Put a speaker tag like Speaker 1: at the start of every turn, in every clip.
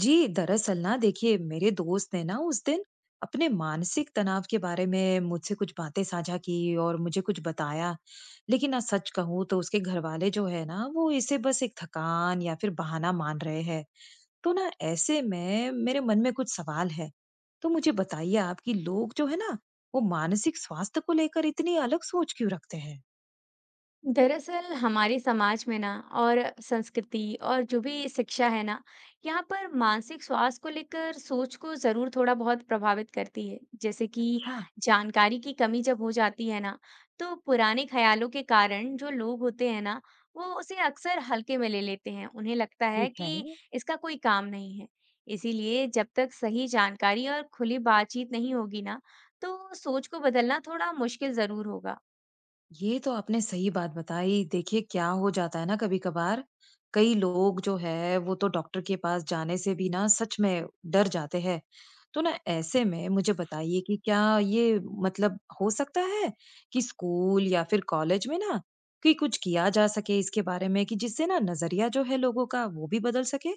Speaker 1: जी, दरअसल ना देखिए मेरे दोस्त ने ना उस दिन अपने मानसिक तनाव के बारे में मुझसे कुछ बातें साझा की और मुझे कुछ बताया। लेकिन ना सच कहूँ तो उसके घर वाले जो है ना वो इसे बस एक थकान या फिर बहाना मान रहे हैं। तो ना ऐसे में मेरे मन में कुछ सवाल है। तो मुझे बताइए आप कि लोग जो है ना वो मानसिक स्वास्थ्य को लेकर इतनी अलग सोच क्यों रखते हैं?
Speaker 2: दरअसल हमारे समाज में ना और संस्कृति और जो भी शिक्षा है ना, यहाँ पर मानसिक स्वास्थ्य को लेकर सोच को जरूर थोड़ा बहुत प्रभावित करती है। जैसे कि
Speaker 1: अच्छा।
Speaker 2: जानकारी की कमी जब हो जाती है ना, तो पुराने ख्यालों के कारण जो लोग होते हैं ना, वो उसे अक्सर हल्के में ले लेते हैं। उन्हें लगता है
Speaker 1: ठीक है।
Speaker 2: कि इसका कोई काम नहीं है। इसीलिए जब तक सही जानकारी और खुली बातचीत नहीं होगी ना, तो सोच को बदलना थोड़ा मुश्किल जरूर होगा।
Speaker 1: ये तो आपने सही बात बताई। देखिए, क्या हो जाता है ना कभी-कभार, कई लोग जो है वो तो डॉक्टर के पास जाने से भी ना सच में डर जाते हैं। तो ना ऐसे में मुझे बताइए कि क्या ये मतलब हो सकता है कि स्कूल या फिर कॉलेज में ना कि कुछ किया जा सके इसके बारे में कि जिससे ना नज़रिया जो है लोगों का वो भी बदल सके?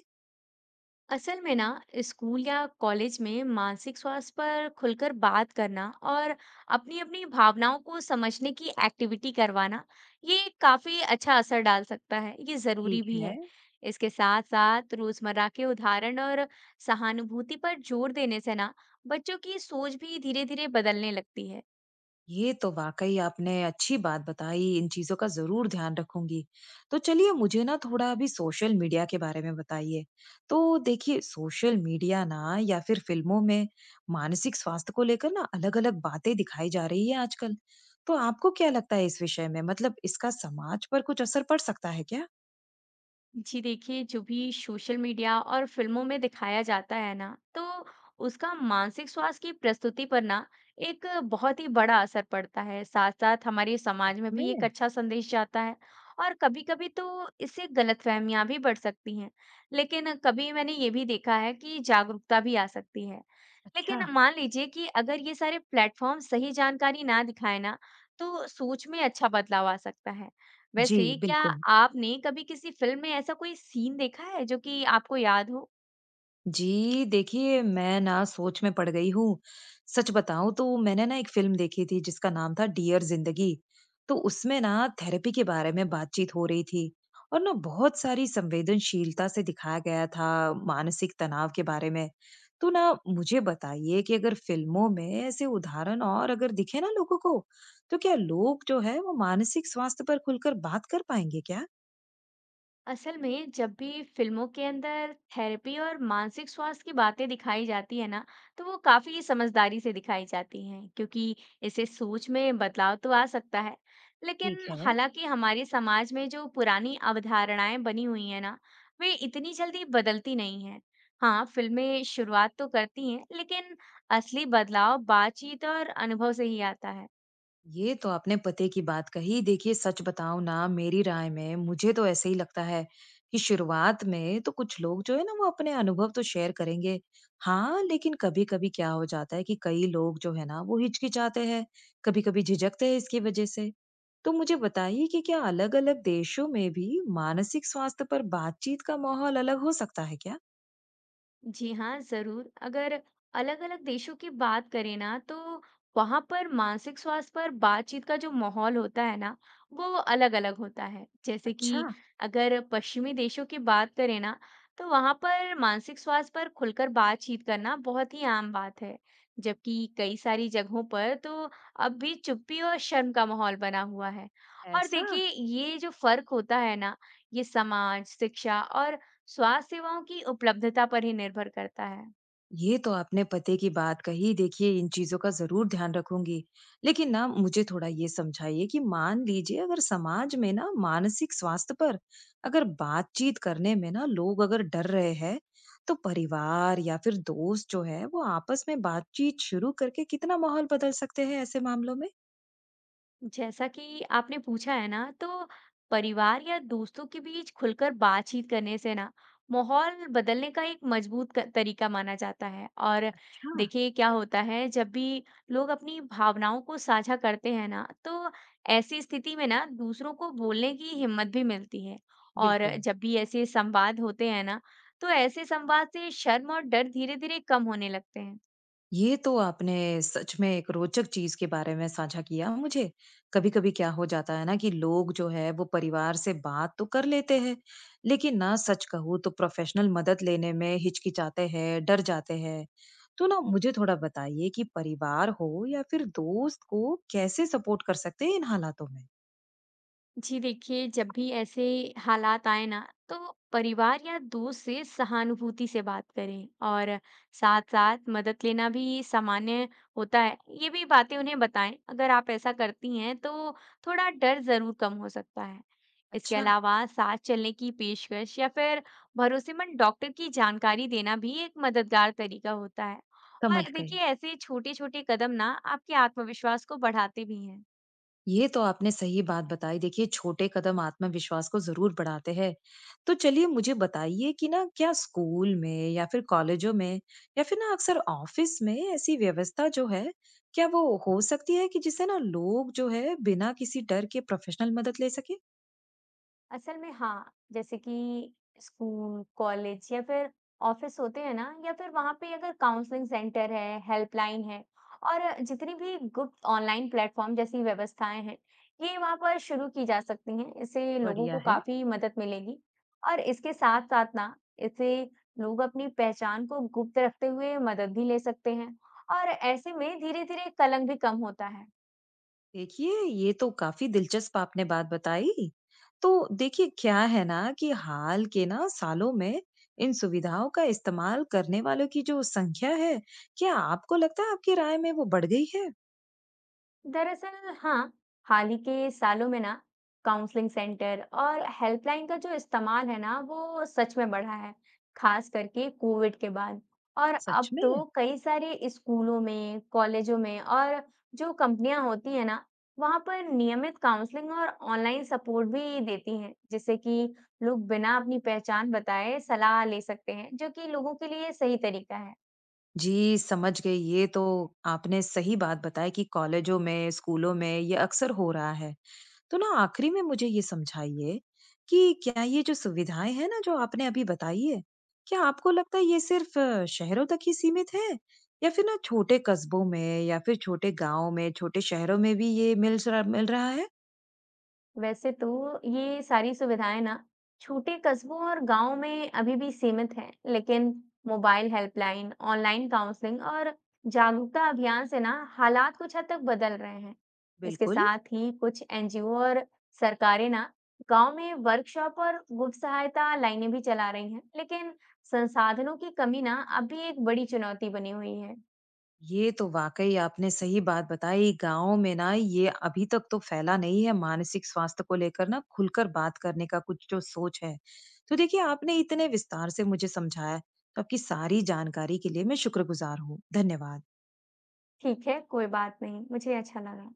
Speaker 2: असल में ना, स्कूल या कॉलेज में मानसिक स्वास्थ्य पर खुलकर बात करना और अपनी अपनी भावनाओं को समझने की एक्टिविटी करवाना, ये काफी अच्छा असर डाल सकता है। ये जरूरी
Speaker 1: ठीक
Speaker 2: भी
Speaker 1: है।
Speaker 2: है। इसके साथ साथ रोजमर्रा के उदाहरण और सहानुभूति पर जोर देने से ना, बच्चों की सोच भी धीरे धीरे बदलने लगती है।
Speaker 1: ये तो वाकई आपने अच्छी बात बताई, इन चीज़ों का ज़रूर ध्यान रखूँगी। तो चलिए मुझे ना थोड़ा अभी सोशल मीडिया के बारे में बताइए। तो देखिए सोशल मीडिया ना या फिर फ़िल्मों में मानसिक स्वास्थ्य को लेकर ना अलग-अलग बातें दिखाई जा रही है आजकल। तो आपको क्या लगता है इस विषय में? मतलब इसका समाज पर कुछ असर पड़ सकता है क्या?
Speaker 2: जी देखिए, जो भी सोशल मीडिया और फिल्मों में दिखाया जाता है ना, तो उसका मानसिक स्वास्थ्य की प्रस्तुति पर ना एक बहुत ही बड़ा असर पड़ता है। साथ-साथ हमारे
Speaker 1: सच
Speaker 2: समाज में
Speaker 1: में?
Speaker 2: भी एक अच्छा संदेश जाता है और कभी-कभी तो इससे गलतफहमियां भी बढ़ सकती हैं। लेकिन कभी मैंने ये भी देखा है कि जागरूकता भी आ सकती है।
Speaker 1: अच्छा।
Speaker 2: लेकिन मान लीजिए कि अगर ये सारे प्लेटफॉर्म सही जानकारी ना दिखाए ना, तो सोच में अच्छा बदलाव आ सकता है।
Speaker 1: जी,
Speaker 2: वैसे क्या
Speaker 1: बिल्कुल।
Speaker 2: आपने कभी किसी फ़िल्म में ऐसा कोई सीन देखा है जो कि आपको याद हो?
Speaker 1: जी, देखिए मैं ना सोच में पड़ गई हूँ। सच बताऊँ तो मैंने ना एक फ़िल्म देखी थी जिसका नाम था डियर ज़िंदगी। तो उसमें ना थेरेपी के बारे में बातचीत हो रही थी और ना बहुत सारी संवेदनशीलता से दिखाया गया था मानसिक तनाव के बारे में। तो ना मुझे बताइए कि अगर फ़िल्मों में ऐसे उदाहरण और अगर दिखे ना लोगों को, तो क्या लोग जो है वो मानसिक स्वास्थ्य पर खुलकर बात कर पाएँगे क्या?
Speaker 2: असल में जब भी फ़िल्मों के अंदर थेरेपी और मानसिक स्वास्थ्य की बातें दिखाई जाती है ना, तो वो काफ़ी समझदारी से दिखाई जाती हैं, क्योंकि इससे सोच में बदलाव तो आ सकता है।
Speaker 1: ठीक
Speaker 2: लेकिन
Speaker 1: है।
Speaker 2: हालाँकि हमारे समाज में जो पुरानी अवधारणाएँ बनी हुई हैं ना, वे इतनी जल्दी बदलती नहीं हैं। हाँ, फ़िल्में शुरुआत तो करती हैं, लेकिन असली बदलाव बातचीत और अनुभव से ही आता है।
Speaker 1: ये तो आपने पते की बात कही। देखिए, सच बताऊँ ना, मेरी राय में मुझे तो ऐसे ही लगता है कि शुरुआत में तो कुछ लोग जो है ना, वो अपने अनुभव तो शेयर करेंगे। हाँ, लेकिन कभी-कभी क्या हो जाता है कि कई लोग जो है ना, वो हिचकिचाते हैं, कभी-कभी झिझकते हैं इसकी वजह से। तो मुझे बताइए कि क्या अलग-अलग देशों में भी मानसिक स्वास्थ्य पर बातचीत का माहौल अलग हो सकता है क्या?
Speaker 2: जी हाँ, ज़रूर। अगर अलग-अलग देशों की बात करें ना, तो वहाँ पर मानसिक स्वास्थ्य पर बातचीत का जो माहौल होता है ना, वो अलग-अलग होता है। जैसे
Speaker 1: अच्छा।
Speaker 2: कि अगर पश्चिमी देशों की बात करें ना, तो वहाँ पर मानसिक स्वास्थ्य पर खुलकर बातचीत करना बहुत ही आम बात है। जबकि कई सारी जगहों पर तो अब भी चुप्पी और शर्म का माहौल बना हुआ है। और
Speaker 1: ऐसा।
Speaker 2: देखिए, ये जो फ़र्क होता है ना, ये समाज, शिक्षा और स्वास्थ्य सेवाओं की उपलब्धता पर ही निर्भर करता है।
Speaker 1: ये तो आपने पते की बात कही। देखिए, इन चीजों का जरूर ध्यान रखूंगी। लेकिन ना मुझे थोड़ा ये समझाइए कि मान लीजिए अगर समाज में ना मानसिक स्वास्थ्य पर अगर बातचीत करने में ना लोग अगर डर रहे हैं, तो परिवार या फिर दोस्त जो है वो आपस में बातचीत शुरू करके कितना माहौल बदल सकते हैं ऐसे मामलों में?
Speaker 2: जैसा कि आपने पूछा है ना, तो परिवार या दोस्तों के बीच खुलकर बातचीत करने से ना माहौल बदलने का एक मजबूत तरीका माना जाता है। और
Speaker 1: अच्छा।
Speaker 2: देखिए क्या होता है, जब भी लोग अपनी भावनाओं को साझा करते हैं ना, तो ऐसी स्थिति में ना दूसरों को बोलने की हिम्मत भी मिलती है। और
Speaker 1: बिल्कुल।
Speaker 2: जब भी ऐसे संवाद होते हैं ना, तो ऐसे संवाद से शर्म और डर धीरे-धीरे कम होने लगते हैं।
Speaker 1: ये तो आपने सच में एक रोचक चीज के बारे में साझा किया मुझे। कभी-कभी क्या हो जाता है ना कि लोग जो है वो परिवार से बात तो कर लेते हैं, लेकिन ना सच कहूँ तो प्रोफेशनल मदद लेने में हिचकिचाते हैं, डर जाते हैं। तो ना मुझे थोड़ा बताइए कि परिवार हो या फिर दोस्त को कैसे सपोर्ट कर सकते हैं इन हालातों में?
Speaker 2: जी देखिए, जब भी ऐसे हालात आए ना, तो परिवार या दोस्त से सहानुभूति से बात करें और साथ साथ मदद लेना भी सामान्य होता है, ये भी बातें उन्हें बताएं। अगर आप ऐसा करती हैं तो थोड़ा डर जरूर कम हो सकता है। इसके
Speaker 1: अच्छा।
Speaker 2: अलावा साथ चलने की पेशकश या फिर भरोसेमंद डॉक्टर की जानकारी देना भी एक मददगार तरीका होता है।
Speaker 1: समझ
Speaker 2: और
Speaker 1: गई।
Speaker 2: देखिए, ऐसे छोटे छोटे कदम ना आपके आत्मविश्वास को बढ़ाते भी हैं।
Speaker 1: ये तो आपने सही बात बताई। देखिए, छोटे कदम आत्मविश्वास को ज़रूर बढ़ाते हैं। तो चलिए मुझे बताइए कि ना क्या स्कूल में या फिर कॉलेजों में या फिर ना अक्सर ऑफ़िस में ऐसी व्यवस्था जो है, क्या वो हो सकती है कि जिससे ना लोग जो है बिना किसी डर के प्रोफ़ेशनल मदद ले सकें?
Speaker 2: असल में हाँ, जैसे कि स्कूल, कॉलेज या फिर ऑफिस होते हैं ना, या फिर वहाँ पे अगर काउंसलिंग सेंटर है, हेल्पलाइन है और जितनी भी गुप्त ऑनलाइन प्लेटफॉर्म जैसी व्यवस्थाएं हैं, ये वहाँ पर शुरू की जा सकती हैं। इससे लोगों
Speaker 1: बढ़िया
Speaker 2: को
Speaker 1: है।
Speaker 2: काफी मदद मिलेगी। और इसके साथ-साथ ना, इससे लोग अपनी पहचान को गुप्त रखते हुए मदद भी ले सकते हैं और ऐसे में धीरे-धीरे कलंक भी कम होता है।
Speaker 1: देखिए, ये तो काफी दिलचस्प आपने बात बताई। तो देखिए, क्या है ना कि हाल के ना सालों में इन सुविधाओं का इस्तेमाल करने वालों की जो संख्या है, क्या आपको लगता है आपकी राय में वो बढ़ गई है?
Speaker 2: दरअसल हाँ, हाल ही के सालों में ना काउंसलिंग सेंटर और हेल्पलाइन का जो इस्तेमाल है ना, वो सच में बढ़ा है, खास करके कोविड के बाद। और
Speaker 1: सच
Speaker 2: अब
Speaker 1: में?
Speaker 2: तो कई सारे स्कूलों में, कॉलेजों में और जो कंपनियां होती हैं ना, वहां पर नियमित काउंसलिंग और ऑनलाइन सपोर्ट भी देती हैं, जिससे कि लोग बिना अपनी पहचान बताए सलाह ले सकते हैं, जो कि लोगों के लिए सही तरीका है।
Speaker 1: जी, समझ गई। ये तो आपने सही बात बताई कि कॉलेजों में, स्कूलों में ये अक्सर हो रहा है। तो ना आखिरी में मुझे ये समझाइए कि क्या ये जो सुविधाएं हैं ना जो आपने अभी बताई है, क्या आपको लगता है ये सिर्फ शहरों तक ही सीमित है, या फिर ना छोटे कस्बों में या फिर छोटे गांव में, छोटे शहरों में भी ये मिल रहा है?
Speaker 2: वैसे तो ये सारी सुविधाएं ना छोटे कस्बों और गांवों में अभी भी सीमित हैं, लेकिन मोबाइल हेल्पलाइन, ऑनलाइन काउंसलिंग और जागरूकता अभियान से ना हालात कुछ हद तक बदल रहे हैं। इसके
Speaker 1: बिल्कुल।
Speaker 2: साथ ही कुछ एनजीओ और सरकारें ना गांव में वर्कशॉप और गुप्त सहायता लाइनें भी चला रही हैं, लेकिन संसाधनों की कमी ना अभी एक बड़ी चुनौती बनी हुई है।
Speaker 1: ये तो वाक़ई आपने सही बात बताई। गाँव में ना ये अभी तक तो फैला नहीं है मानसिक स्वास्थ्य को लेकर ना खुलकर बात करने का कुछ जो सोच है। तो देखिए आपने इतने विस्तार से मुझे समझाया, तो आपकी सारी जानकारी के लिए मैं शुक्रगुज़ार हूँ। धन्यवाद।
Speaker 2: ठीक है, कोई बात नहीं, मुझे अच्छा लगा।